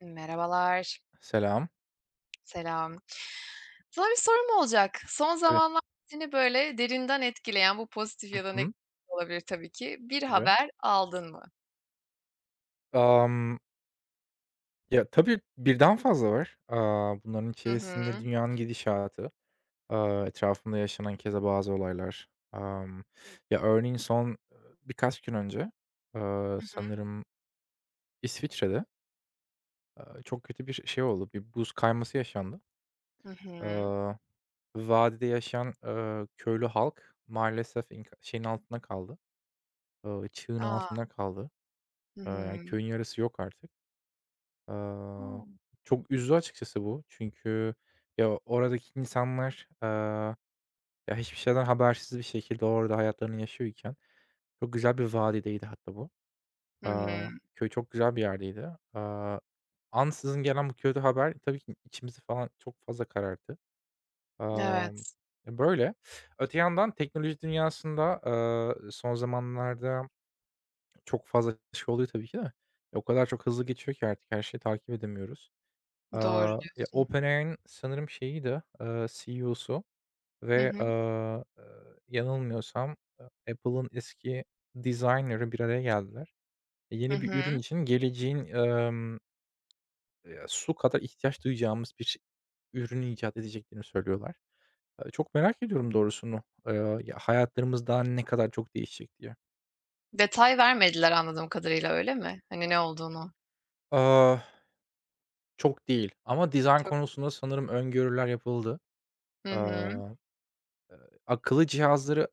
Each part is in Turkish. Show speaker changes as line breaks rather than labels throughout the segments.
Merhabalar,
Selam.
selam. Sana bir sorum olacak. Son
Tabii.
zamanlarda seni böyle derinden etkileyen, bu pozitif
Hı
ya da
hı.
negatif olabilir tabii ki, bir
Tabii.
haber aldın mı?
Amm, tabii birden fazla var. Bunların
Hı hı.
içerisinde dünyanın gidişatı, etrafımda yaşanan keza bazı olaylar. Örneğin son, birkaç gün önce,
Hı hı.
sanırım İsviçre'de, çok kötü bir şey oldu. Bir buz kayması yaşandı.
Hı hı.
Aaa, Vadide yaşayan, köylü halk maalesef şeyin altında kaldı, çığın
A!
altında kaldı.
Hı hı.
Köyün yarısı yok artık. Aaa,
O!
Çok üzdü açıkçası bu. Çünkü oradaki insanlar, hiçbir şeyden habersiz bir şekilde orada hayatlarını yaşıyorken çok güzel bir vadideydi hatta bu.
Hı hı.
Aaa, Köy çok güzel bir yerdeydi. Aaa, Ansızın gelen bu kötü haber tabii ki içimizi falan çok fazla kararttı. Amm,
Evet,
böyle. Öte yandan teknoloji dünyasında, son zamanlarda çok fazla şey oluyor tabii ki de. O kadar çok hızlı geçiyor ki artık her şeyi takip edemiyoruz.
doğru diyorsun.
OpenAI'nin sanırım şeyiydi, CEO'su
Hı
ve,
hı.
yanılmıyorsam, Apple'ın eski designer'ı bir araya geldiler. E,
Hı
yeni bir ürün
hı.
için geleceğin, su kadar ihtiyaç duyacağımız bir ürünü icat edeceklerini söylüyorlar. Çok merak ediyorum doğrusunu. Hayatlarımız daha ne kadar çok değişecek diye.
Detay vermediler anladığım kadarıyla, öyle mi? Hani, ne olduğunu.
Aaa, Çok değil ama dizayn
Çok.
konusunda sanırım öngörüler yapıldı.
Hı hı.
Aaa, Akıllı cihazları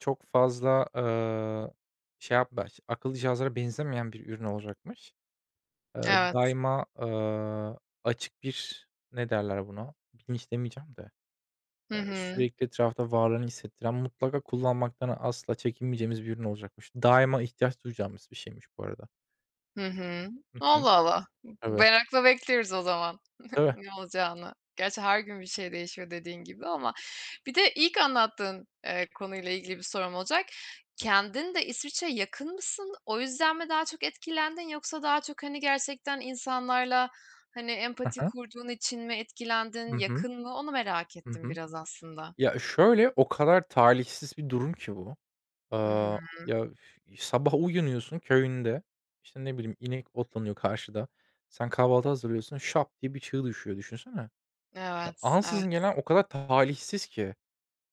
çok fazla, şey yapma akıllı cihazlara benzemeyen bir ürün olacakmış. Eee,
Evet.
Daima, açık bir ne derler buna? Bilinç demeyeceğim de,
Hı hı.
sürekli etrafta varlığını hissettiren, mutlaka kullanmaktan asla çekinmeyeceğimiz bir ürün olacakmış. Daima ihtiyaç duyacağımız bir şeymiş bu arada.
Hı hı.
Hı hı.
Allah Allah.
Tabii,
Merakla bekliyoruz o zaman.
tabii.
Ne olacağını. Gerçi her gün bir şey değişiyor dediğin gibi ama bir de ilk anlattığın, konuyla ilgili bir sorum olacak. Kendin de İsviçre'ye yakın mısın? O yüzden mi daha çok etkilendin yoksa daha çok, hani, gerçekten insanlarla, hani,
Hı
empati
hı.
kurduğun için mi
Hı
etkilendin?
hı.
Yakın mı? Onu merak
Hı
ettim
hı.
biraz aslında.
Ya, şöyle, o kadar talihsiz bir durum ki bu.
Hı hı.
Üf, sabah uyanıyorsun köyünde, işte, ne bileyim, inek otlanıyor karşıda. Sen kahvaltı hazırlıyorsun, şap diye bir çığ düşüyor düşünsene. Ya,
Evet,
ansızın
evet,
gelen o kadar talihsiz ki.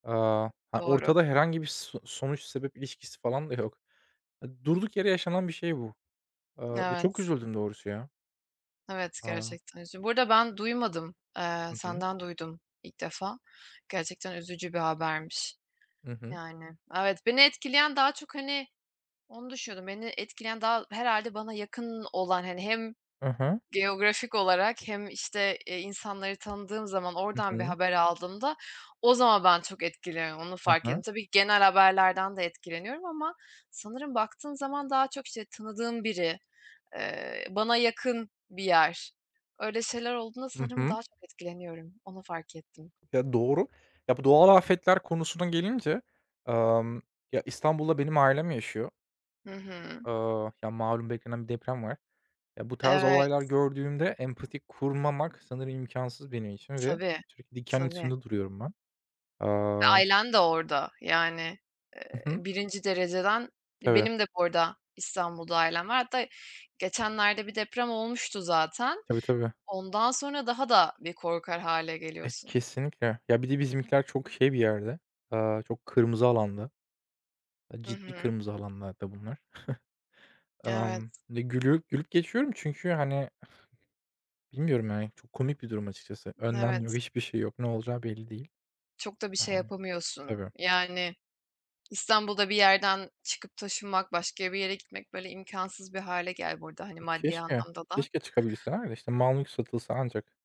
Aaa, ha,
doğru.
ortada herhangi bir sonuç sebep ilişkisi falan da yok. E, durduk yere yaşanan bir şey bu. Ve çok
Evet,
üzüldüm doğrusu ya.
evet,
Aaa,
gerçekten üzücü. Burada ben duymadım.
hı hı,
Senden duydum ilk defa. Gerçekten üzücü bir habermiş.
hı hı,
Yani, evet, beni etkileyen daha çok, hani, onu düşünüyordum. Beni etkileyen daha herhalde bana yakın olan, hani, hem
hı hı,
geografik olarak hem, işte, insanları tanıdığım zaman
hı
oradan bir
hı,
haber aldığımda o zaman ben çok etkileniyorum, onu
hı
fark ettim.
hı,
Tabii ki genel haberlerden de etkileniyorum ama sanırım baktığın zaman daha çok, işte, tanıdığım biri, bana yakın bir yer, öyle şeyler olduğunda
hı
sanırım
hı.
daha çok etkileniyorum. Onu fark ettim.
Ya, doğru. Ya, bu doğal afetler konusuna gelince, amm, İstanbul'da benim ailem yaşıyor.
Hı hı.
Malum beklenen bir deprem var. Ya, bu tarz olaylar
Evet,
gördüğümde empati kurmamak sanırım imkansız benim için ve
tabii.
sürekli diken
Tabii.
üstünde duruyorum ben. Aaa
Ailen de orada yani,
Hı hı.
1. dereceden
Tabii.
benim de bu arada İstanbul'da ailem var. Hatta geçenlerde bir deprem olmuştu zaten.
Tabii, tabii.
Ondan sonra daha da bir korkar hâle
E,
geliyorsun.
kesinlikle. Ya, bir de bizimkiler çok şey bir yerde, çok kırmızı alanda.
Hı
Ciddi
hı.
kırmızı alanlarda bunlar.
Evet,
Gülü gülüp geçiyorum çünkü, hani, bilmiyorum, yani, çok komik bir durum açıkçası. Önlem yok,
evet.
hiçbir şey yok. Ne olacağı belli değil.
Çok da bir şey
Emm
yapamıyorsun.
Tabii.
Yani İstanbul'da bir yerden çıkıp taşınmak, başka bir yere gitmek böyle imkânsız bir hâle gel burada hani maddi
Keşke,
anlamda da.
keşke çıkabilseler de, işte, mal mülk satılsa ancak.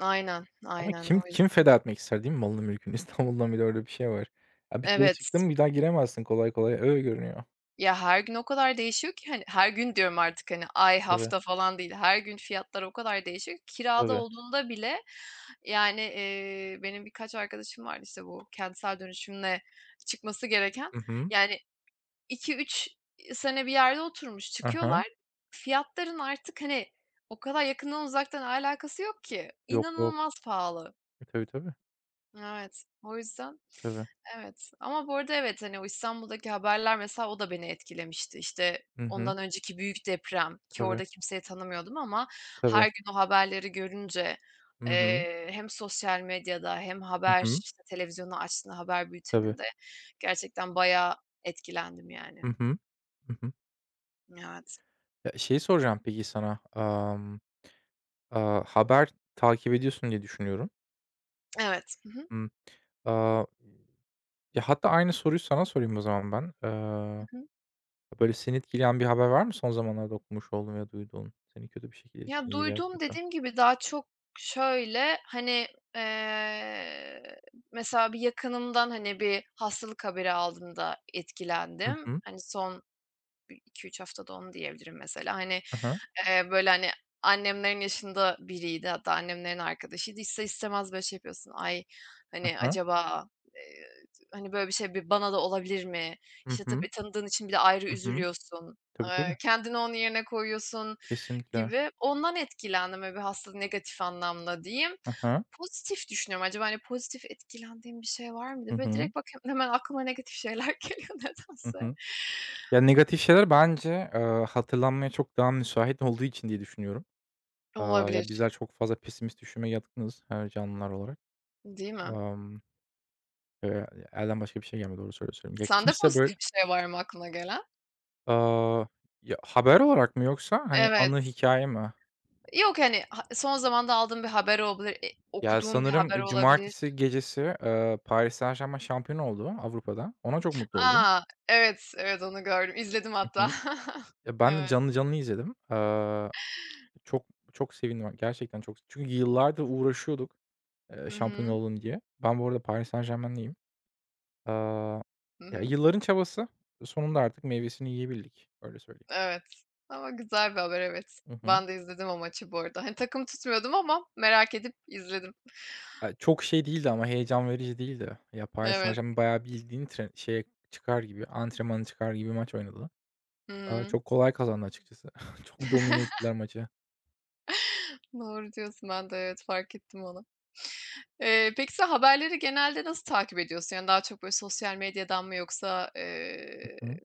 Aynen,
Ama
aynen o
kim
yüzden.
feda etmek ister değil mi malını mülkünü? İstanbul'dan bir de öyle bir şey var. Ya, bir kere çıktın
Evet.
mı bir daha giremezsin kolay kolay. Öyle görünüyor.
Ya, her gün o kadar değişiyor ki, hani, her gün diyorum artık, hani, ay,
Tabii,
hafta falan değil, her gün fiyatlar o kadar değişiyor ki kirada
tabii.
olduğunda bile, yani, benim birkaç arkadaşım var işte, bu kentsel dönüşümle çıkması gereken,
Hı hı.
yani, iki üç sene bir yerde oturmuş,
Hı
çıkıyorlar, fiyatların artık, hani, o kadar yakından uzaktan alakası yok ki.
Yok, yok.
İnanılmaz pahalı.
E, tabii, tabii.
Evet. O yüzden
Tabii.
evet. Ama bu arada evet, hani, o İstanbul'daki haberler mesela o da beni etkilemişti. İşte,
Hı hı.
ondan önceki büyük deprem ki
Tabii,
orada kimseyi tanımıyordum ama her
tabii.
gün o haberleri görünce,
Hı hı.
hem sosyal medyada hem
Hı
haber,
hı.
işte, televizyonu açtığında haber
Tabii.
bülteninde gerçekten bayağı etkilendim yani.
Hı hı. Hı hı.
Evet.
Ya, şey soracağım peki sana. Haber takip ediyorsun diye düşünüyorum.
Evet. Hı hı.
Hımm. Aaa, hatta aynı soruyu sana sorayım o zaman ben. Böyle seni etkileyen bir haber var mı son zamanlarda okumuş olduğun ya duyduğun? Seni kötü bir şekilde
Ya,
etkileyen, iyi veya
duyduğum,
kötü.
dediğim gibi daha çok şöyle, hani, eee, mesela bir yakınımdan, hani, bir hastalık haberi aldığımda
Hı
etkilendim.
hı.
Hani, son iki üç 3 haftada onu diyebilirim mesela. Hani,
Hı hı.
böyle, hani, annemlerin yaşında biriydi, hatta annemlerin arkadaşıydı. İster istemez böyle şey yapıyorsun, "Ay,
Hı
hani,
hı.
acaba, eee, hani, böyle bir şey bir bana da olabilir mi?"
Hı
İşte,
hı.
tabii tanıdığın için bir de ayrı üzülüyorsun.
Tabii, tabii.
Kendini onun yerine koyuyorsun
Kesinlikle.
gibi. Ondan etkilendim, böyle, bilhassa negatif anlamda diyeyim.
Hı hı.
Pozitif düşünüyorum. Acaba, hani, pozitif etkilendiğim bir şey var mıydı?
Hı
Böyle
hı.
direkt bak hemen aklıma negatif şeyler geliyor nedense.
Hı Ya, negatif şeyler bence, hatırlanmaya çok daha müsait olduğu için diye düşünüyorum.
Olabilir,
Bizler çok fazla pesimist düşünmeye yatkınız, her canlılar olarak.
değil mi?
Amm, eee, elden başka bir şey gelmiyor, doğrusunu söyleyeyim. Ya,
Sende
kimse
pozitif
böyle,
bir şey var mı aklına gelen?
aaa, ya, haber olarak mı yoksa, hani, anı
Evet.
hikaye mi?
Yok, yani, ha son zamanda aldığım bir haber olabilir, e
Ya,
okuduğum bir haber
sanırım,
olabilir.
cumartesi gecesi, Paris Saint-Germain şampiyon oldu Avrupa'da. Ona çok mutlu oldum.
A! Evet, evet, onu gördüm. İzledim
Hı
hatta.
hı. Ya, ben de
Evet.
canlı canlı izledim. Çok çok sevindim gerçekten çok çünkü yıllardır uğraşıyorduk,
Hı
şampiyon
hı.
olun diye. Ben bu arada Paris Saint-Germain'liyim. Eee,
Hı hı.
yılların çabası sonunda artık meyvesini yiyebildik, öyle söyleyeyim.
Evet ama güzel bir haber, evet.
Hı hı.
Ben de izledim o maçı bu arada. Hani takım tutmuyordum ama merak edip izledim.
Ya, çok şey değildi ama heyecan verici değildi. Ya, Paris
Evet.
Saint-Germain bayağı bildiğin tren şeye çıkar gibi, antrenmanı çıkar gibi maç oynadı.
Hı hı.
Çok kolay kazandı açıkçası. Çok domine ettiler maçı.
Doğru diyorsun. Ben de evet, fark ettim onu. Peki sen haberleri genelde nasıl takip ediyorsun? Yani daha çok böyle sosyal medyadan mı yoksa,
Hı hı.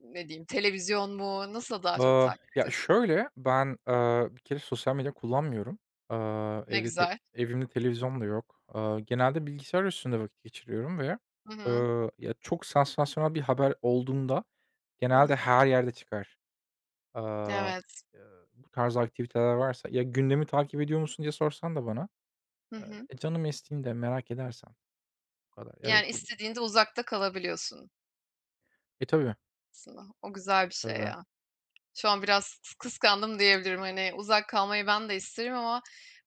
ne diyeyim, televizyon mu? Nasıl daha çok takip ediyorsun?
Şöyle, ben, bir kere sosyal medya kullanmıyorum. Aaa,
Ne
evde te
güzel.
evimde televizyon da yok. Genelde bilgisayar üstünde vakit geçiriyorum ve,
Hı hı.
ya, çok sansasyonel bir haber olduğunda
Hı hı.
genelde her yerde çıkar. Aaa,
Evet.
eee, bu tarz aktiviteler varsa ya, gündemi takip ediyor musun diye sorsan da bana,
Hı hı.
e, canım estiğinde merak edersem bu kadar. Evet,
Yani
bu
istediğinde uzakta kalabiliyorsun
E, tabii,
aslında. O güzel bir şey
tabii.
ya. Şu an biraz kıskandım diyebilirim. Hani, uzak kalmayı ben de isterim ama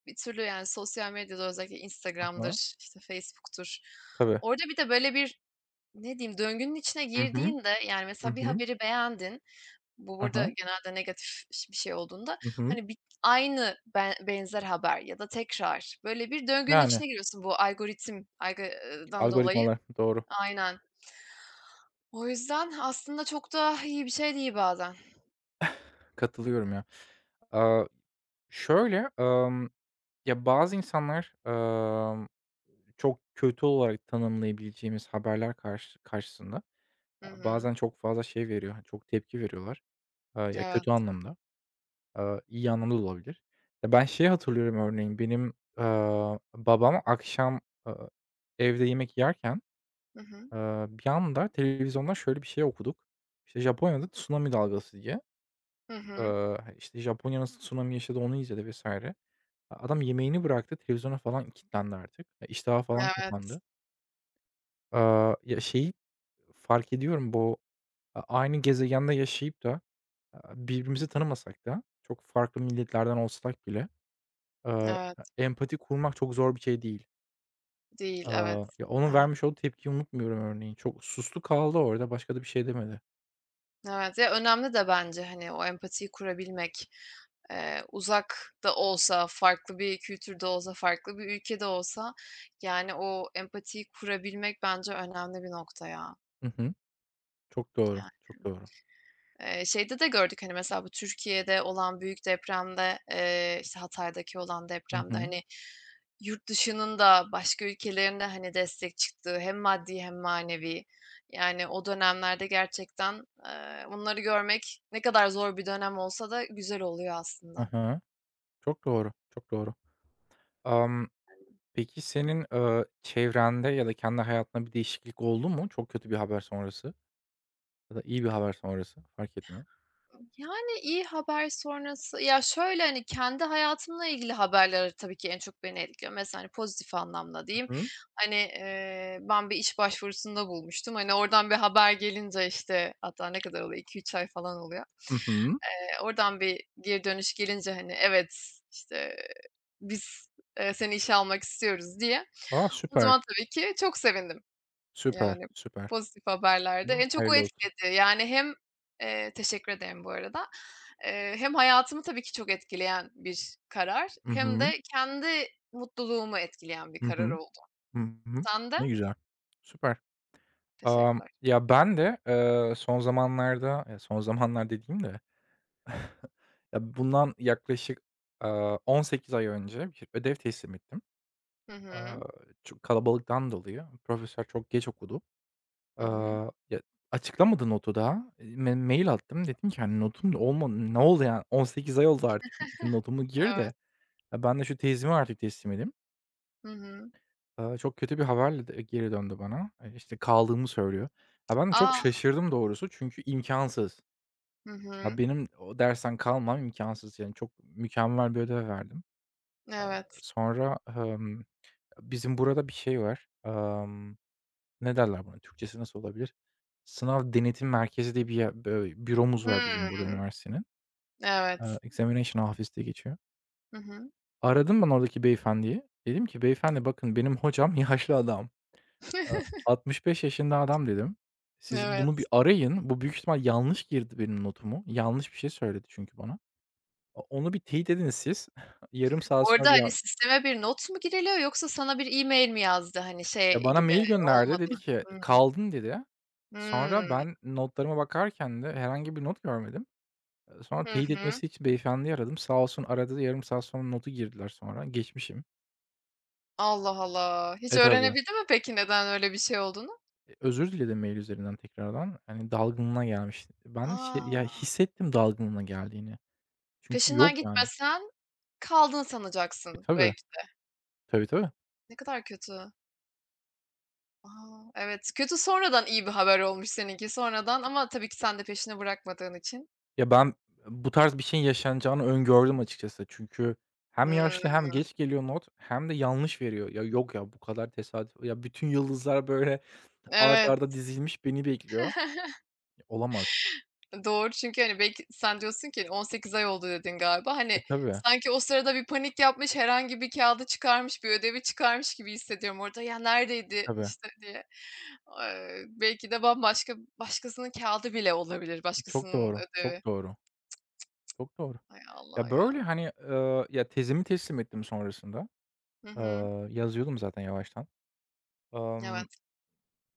bir türlü, yani, sosyal medyada özellikle
Hı hı.
Instagram'dır, işte, Facebook'tur.
Tabii.
Orada bir de böyle bir, ne diyeyim, döngünün içine
Hı hı.
girdiğinde, yani,
Hı
mesela bir
hı.
haberi beğendin, bu
Hı
burada
hı.
genelde negatif bir şey olduğunda,
Hı hı.
hani, bir aynı ben benzer haber ya da tekrar, böyle bir döngünün
Yani,
içine giriyorsun bu algoritmadan dolayı.
algoritmalar, doğru.
Aynen. O yüzden aslında çok da iyi bir şey değil bazen.
Katılıyorum ya. Aaa, şöyle, emm, ya, bazı insanlar, çok kötü olarak tanımlayabileceğimiz haberler karşısında,
Hı hı.
bazen çok fazla şey veriyor, hani, çok tepki veriyorlar. Ya, kötü
Evet.
anlamda, iyi anlamda da olabilir. Ya, ben şeyi hatırlıyorum örneğin, benim, babam akşam, evde yemek yerken,
Hı hı.
bir anda televizyonda şöyle bir şey okuduk. İşte, Japonya'da tsunami dalgası diye.
Hı hı.
Hani, işte, Japonya nasıl tsunami yaşadı, onu izledi vesaire. Adam yemeğini bıraktı, televizyona falan kilitlendi artık. E, iştahı falan
Evet,
kapandı. Şeyi fark ediyorum bu aynı gezegende yaşayıp da, birbirimizi tanımasak da çok farklı milletlerden olsak bile, aaa,
evet.
e empati kurmak çok zor bir şey değil.
Değil, evet.
Onun
Evet,
vermiş olduğu tepkiyi unutmuyorum örneğin. Çok sustu kaldı orada, başka da bir şey demedi.
evet. Ya, önemli de bence, hani, o empatiyi kurabilmek. Uzak da olsa, farklı bir kültürde olsa, farklı bir ülkede olsa, yani, o empatiyi kurabilmek bence önemli bir nokta ya,
Hı hı. Çok doğru, çok
yani.
doğru.
Şeyde de gördük, hani, mesela bu Türkiye'de olan büyük depremde, işte, Hatay'daki olan
Hı
depremde,
hı.
hani, yurt dışının da başka ülkelerinde hani, destek çıktığı hem maddi hem manevi. Yani, o dönemlerde gerçekten, bunları görmek ne kadar zor bir dönem olsa da güzel oluyor aslında.
Hı Çok doğru, çok doğru. Amm Peki senin, çevrende ya da kendi hayatında bir değişiklik oldu mu çok kötü bir haber sonrası ya da iyi bir haber sonrası fark etmiyor?
Yani, iyi haber sonrası ya, şöyle, hani, kendi hayatımla ilgili haberler tabii ki en çok beni etkiliyor. Mesela, hani, pozitif anlamda diyeyim,
Hı hı.
hani, ben bir iş başvurusunda bulmuştum. Hani, oradan bir haber gelince, işte, hatta ne kadar oluyor, iki üç ay falan oluyor.
Hı hı.
Oradan bir geri dönüş gelince, hani, evet, işte, biz, seni işe almak istiyoruz diye,
A,
o
süper,
zaman tabii ki çok sevindim.
süper,
Yani,
süper.
pozitif haberler de
Hı,
en çok o
hayırlı olsun.
etkiledi. Yani hem teşekkür ederim bu arada. Hem hayatımı tabii ki çok etkileyen bir karar
Hı
hem
hı.
de kendi mutluluğumu etkileyen bir
Hı
karar
hı.
oldu.
Hı hı.
Sen de?
Ne güzel. Süper.
Teşekkürler.
Ben de, son zamanlarda ya, son zamanlar dediğim de ya, bundan yaklaşık, 18 ay önce bir ödev teslim ettim.
Hı
Aaa,
hı.
Çok kalabalıktan dolayı profesör çok geç okudu.
Hı hı.
Aaa, ya, açıklamadı notu daha. Me mail attım. Dedim ki, hani, "Notum da olma ne oldu yani? 18 ay oldu artık. Şu notumu gir
Evet.
de, ya, ben de şu tezimi artık teslim edeyim."
Hı hı.
Çok kötü bir haberle de geri döndü bana. İşte, kaldığımı söylüyor. Ya, ben de çok
A!
şaşırdım doğrusu çünkü imkânsız.
Hı
Ya,
hı.
benim o dersten kalmam imkânsız. Yani, çok mükemmel bir ödev verdim.
Evet.
Sonra, bizim burada bir şey var. Ne derler buna? Türkçesi nasıl olabilir? Sınav Denetim Merkezi diye bir yer böyle büromuz var bizim burada
Hımm.
üniversitenin.
Evet.
Examination Office diye geçiyor.
Hı hı.
Aradım ben oradaki beyefendiyi. Dedim ki, "Beyefendi bakın benim hocam yaşlı adam. 65 yaşında adam." dedim. "Siz bunu bir
Evet.
arayın. Bu büyük ihtimal yanlış girdi benim notumu. Yanlış bir şey söyledi çünkü bana. Onu bir teyit edin siz." Yarım saat
Bu
sonra
arada,
bir
hani,
a
sisteme bir not mu giriliyor yoksa sana bir e-mail mi yazdı? Hani,
ya
şey
bana
gibi
mail gönderdi.
olmadı.
Dedi ki,
Hımm.
"Kaldın." dedi. Sonra
Hımm.
ben notlarıma bakarken de herhangi bir not görmedim. Sonra
Hı
teyit
hı.
etmesi için beyefendiyi aradım. Sağ olsun aradı, yarım saat sonra notu girdiler sonra. Geçmişim.
Allah Allah. Hiç
E, tabii.
öğrenebildi mi peki neden öyle bir şey olduğunu?
E, özür diledim mail üzerinden tekrardan. Hani dalgınlığına gelmiş. Ben şey ya
A!
hissettim dalgınlığına geldiğini. Çünkü
Peşinden
yok yani.
gitmesen kaldın
E,
sanacaksın
tabii.
belki de.
Tabii, tabii.
Ne kadar kötü. A! Evet, kötü sonradan iyi bir haber olmuş seninki sonradan ama tabii ki sen de peşini bırakmadığın için.
Ya, ben bu tarz bir şeyin yaşanacağını öngördüm açıkçası. Çünkü hem
Hımm,
yaşlı hem geç geliyor not hem de yanlış veriyor. Ya, yok ya bu kadar tesadüf ya bütün yıldızlar böyle art
evet.
arda dizilmiş beni bekliyor. Ya olamaz.
Doğru çünkü, hani, belki sen diyorsun ki 18 ay oldu dedin galiba.
E,
Hani,
tabii,
sanki o sırada bir panik yapmış, herhangi bir kağıdı çıkarmış, bir ödevi çıkarmış gibi hissediyorum orada. "Ya, neredeydi?"
tabii.
işte, diye. Belki de bambaşka başkasının kağıdı bile olabilir,
Çok
başkasının
doğru,
ödevi.
çok doğru. Çok doğru.
Ay Allah ya.
Ya, tezimi teslim ettim sonrasında.
Hı hı.
Yazıyordum zaten yavaştan. Emm,
Evet.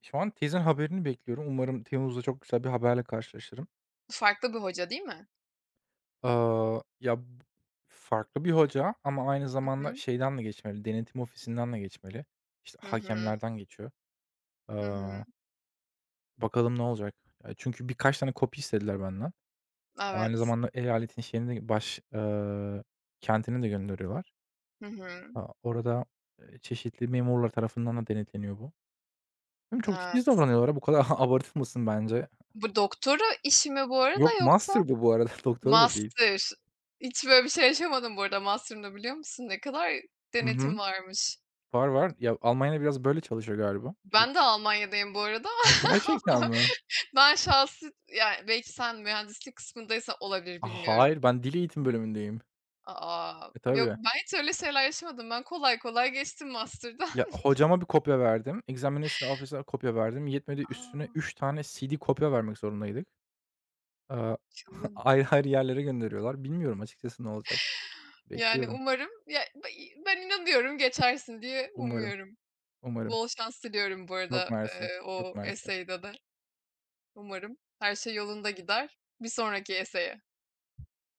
Şu an tezin haberini bekliyorum. Umarım temmuzda çok güzel bir haberle karşılaşırım.
Farklı bir hoca değil mi?
Ya, b farklı bir hoca ama aynı
Hı
zamanda
hı.
şeyden de geçmeli, denetim ofisinden de geçmeli. İşte,
Hı hı.
hakemlerden geçiyor.
Hı hı.
Eee, Bakalım ne olacak? Ya, çünkü birkaç tane kopya istediler benden. Aynı
Evet.
zamanda eyaletin şeyini de baş kentini de gönderiyorlar.
Hı hı.
A, orada, çeşitli memurlar tarafından da denetleniyor bu. Hem çok titiz
Evet.
davranıyorlar bu kadar abartılmasın bence.
Bu doktora işi mi bu arada
Yok,
yoksa?
master bu, bu arada, doktora da değil.
Master. Hiç böyle bir şey yaşamadım bu arada master'ımda biliyor musun? Ne kadar denetim
Hı
varmış.
Var, var. Ya, Almanya biraz böyle çalışıyor galiba. Çok
Ben de Almanya'dayım bu arada
Ha, gerçekten
ama
mi?
ben şahsi yani belki sen mühendislik kısmındaysan olabilir
A,
bilmiyorum.
hayır, ben dil eğitim bölümündeyim.
A!
E,
Yok,
tabii.
ben hiç öyle şeyler yaşamadım. Ben kolay kolay geçtim master'dan.
Ya, hocama bir kopya verdim. Examination Officer'a kopya verdim. Yetmedi, üstüne
A!
3 tane CD kopya vermek zorundaydık. Aaa,
Çılgın.
ayrı ayrı yerlere gönderiyorlar. Bilmiyorum açıkçası ne olacak.
Yani
Bekliyorum.
umarım ya be ben inanıyorum geçersin diye
Umarım,
umuyorum.
umarım.
Bol şans diliyorum bu
Çok
arada,
mersi, çok
o
mersi.
essay'de de. Umarım her şey yolunda gider. Bir sonraki essay'e.